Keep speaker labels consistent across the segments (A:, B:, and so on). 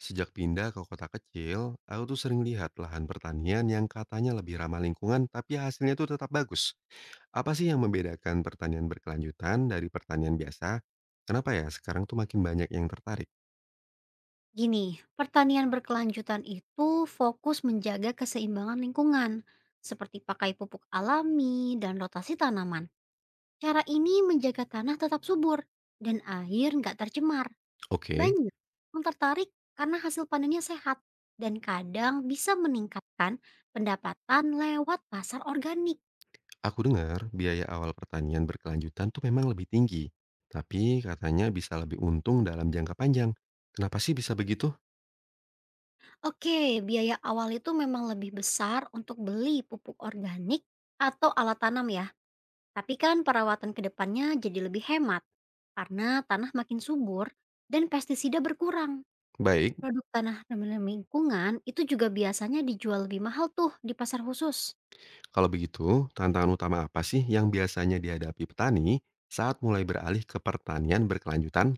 A: Sejak pindah ke kota kecil, aku tuh sering lihat lahan pertanian yang katanya lebih ramah lingkungan tapi hasilnya tuh tetap bagus. Apa sih yang membedakan pertanian berkelanjutan dari pertanian biasa? Kenapa ya sekarang tuh makin banyak yang tertarik?
B: Gini, pertanian berkelanjutan itu fokus menjaga keseimbangan lingkungan, seperti pakai pupuk alami dan rotasi tanaman. Cara ini menjaga tanah tetap subur dan air nggak tercemar.
A: Oke,
B: Banyak yang tertarik karena hasil panennya sehat dan kadang bisa meningkatkan pendapatan lewat pasar organik.
A: aku dengar biaya awal pertanian berkelanjutan tuh memang lebih tinggi. Tapi katanya bisa lebih untung dalam jangka panjang. Kenapa sih bisa begitu?
B: Oke, biaya awal itu memang lebih besar untuk beli pupuk organik atau alat tanam ya. Tapi kan perawatan ke depannya jadi lebih hemat karena tanah makin subur dan pestisida berkurang.
A: Baik,
B: Produk tanah ramah lingkungan itu juga biasanya dijual lebih mahal tuh di pasar khusus.
A: kalau begitu tantangan utama apa sih yang biasanya dihadapi petani saat mulai beralih ke pertanian berkelanjutan?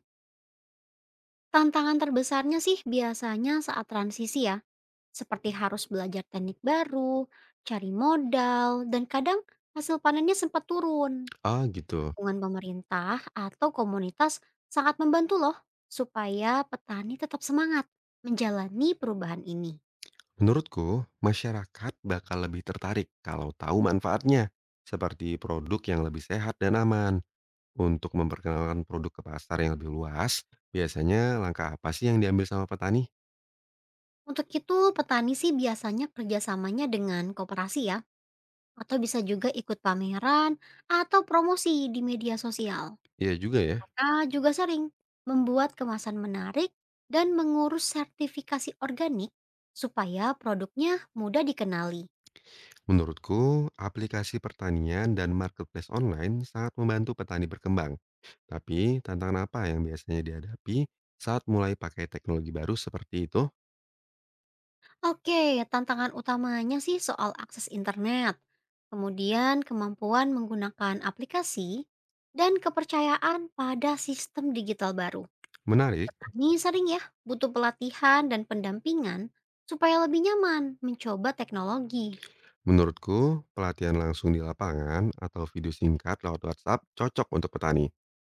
B: Tantangan terbesarnya sih biasanya saat transisi ya, seperti harus belajar teknik baru, cari modal, dan kadang hasil panennya sempat turun.
A: Ah gitu.
B: Dukungan pemerintah atau komunitas sangat membantu loh supaya petani tetap semangat menjalani perubahan ini.
A: Menurutku, masyarakat bakal lebih tertarik kalau tahu manfaatnya, seperti produk yang lebih sehat dan aman. Untuk memperkenalkan produk ke pasar yang lebih luas, biasanya langkah apa sih yang diambil sama petani?
B: Untuk itu, petani sih biasanya kerjasamanya dengan koperasi ya, atau bisa juga ikut pameran atau promosi di media sosial.
A: Iya juga ya.
B: Mereka juga sering membuat kemasan menarik dan mengurus sertifikasi organik supaya produknya mudah dikenali.
A: Menurutku, aplikasi pertanian dan marketplace online sangat membantu petani berkembang. Tapi, tantangan apa yang biasanya dihadapi saat mulai pakai teknologi baru seperti itu?
B: Oke, tantangan utamanya sih soal akses internet, kemudian kemampuan menggunakan aplikasi, dan kepercayaan pada sistem digital baru.
A: Menarik.
B: Ini sering ya, butuh pelatihan dan pendampingan supaya lebih nyaman mencoba teknologi.
A: Menurutku, pelatihan langsung di lapangan atau video singkat lewat WhatsApp cocok untuk petani.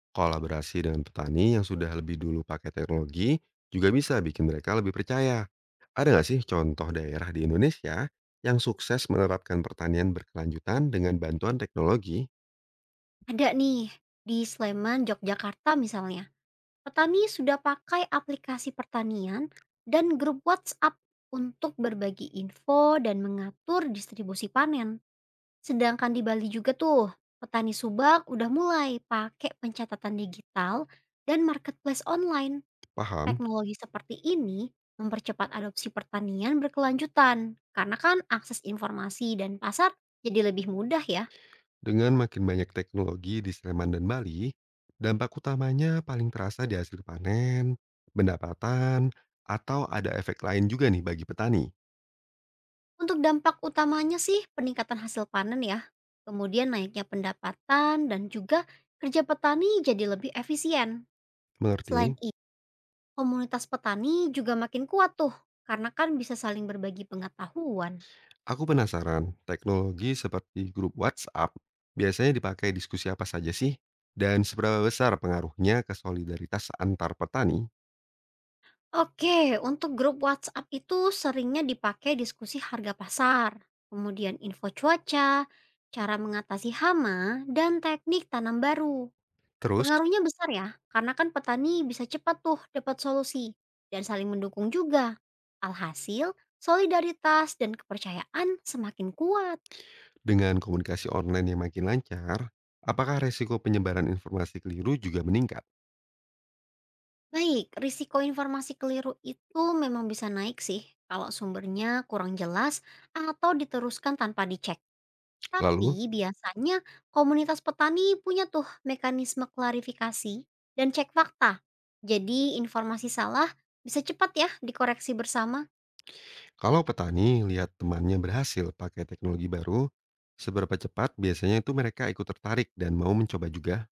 A: Kolaborasi dengan petani yang sudah lebih dulu pakai teknologi juga bisa bikin mereka lebih percaya. Ada nggak sih contoh daerah di Indonesia yang sukses menerapkan pertanian berkelanjutan dengan bantuan teknologi?
B: Ada nih, di Sleman, Yogyakarta misalnya, petani sudah pakai aplikasi pertanian dan grup WhatsApp untuk berbagi info dan mengatur distribusi panen. Sedangkan di Bali juga tuh, petani subak udah mulai pakai pencatatan digital dan marketplace online.
A: Paham?
B: Teknologi seperti ini mempercepat adopsi pertanian berkelanjutan, karena kan akses informasi dan pasar jadi lebih mudah ya.
A: Dengan makin banyak teknologi di Sleman dan Bali, dampak utamanya paling terasa di hasil panen, pendapatan, atau ada efek lain juga nih bagi petani.
B: Untuk dampak utamanya sih peningkatan hasil panen ya, kemudian naiknya pendapatan dan juga kerja petani jadi lebih efisien. Selain
A: Mengerti?
B: itu, komunitas petani juga makin kuat tuh, karena kan bisa saling berbagi pengetahuan.
A: Aku penasaran, teknologi seperti grup WhatsApp biasanya dipakai diskusi apa saja sih? Dan seberapa besar pengaruhnya ke solidaritas antar petani?
B: Oke, untuk grup WhatsApp itu seringnya dipakai diskusi harga pasar, kemudian info cuaca, cara mengatasi hama, dan teknik tanam baru.
A: Terus,
B: Pengaruhnya besar ya, karena kan petani bisa cepat tuh dapat solusi dan saling mendukung juga. Alhasil, solidaritas dan kepercayaan semakin kuat.
A: dengan komunikasi online yang makin lancar, apakah resiko penyebaran informasi keliru juga meningkat?
B: Baik, risiko informasi keliru itu memang bisa naik sih kalau sumbernya kurang jelas atau diteruskan tanpa dicek.
A: Lalu,
B: Tapi biasanya komunitas petani punya tuh mekanisme klarifikasi dan cek fakta. Jadi informasi salah bisa cepat ya dikoreksi bersama.
A: kalau petani lihat temannya berhasil pakai teknologi baru, seberapa cepat biasanya itu mereka ikut tertarik dan mau mencoba juga?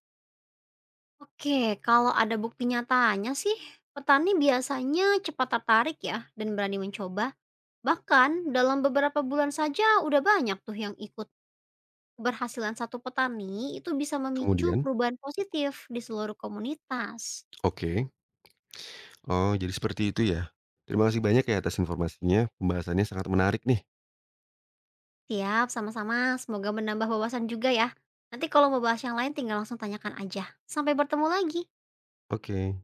B: Oke, kalau ada bukti nyatanya sih, petani biasanya cepat tertarik ya dan berani mencoba. Bahkan dalam beberapa bulan saja udah banyak tuh yang ikut. Keberhasilan satu petani itu bisa memicu
A: Kemudian,
B: perubahan positif di seluruh komunitas.
A: oke. Oh, jadi seperti itu ya. Terima kasih banyak ya atas informasinya, pembahasannya sangat menarik nih.
B: Siap, sama-sama. Semoga menambah wawasan juga ya. Nanti kalau mau bahas yang lain tinggal langsung tanyakan aja. Sampai bertemu lagi.
A: Oke.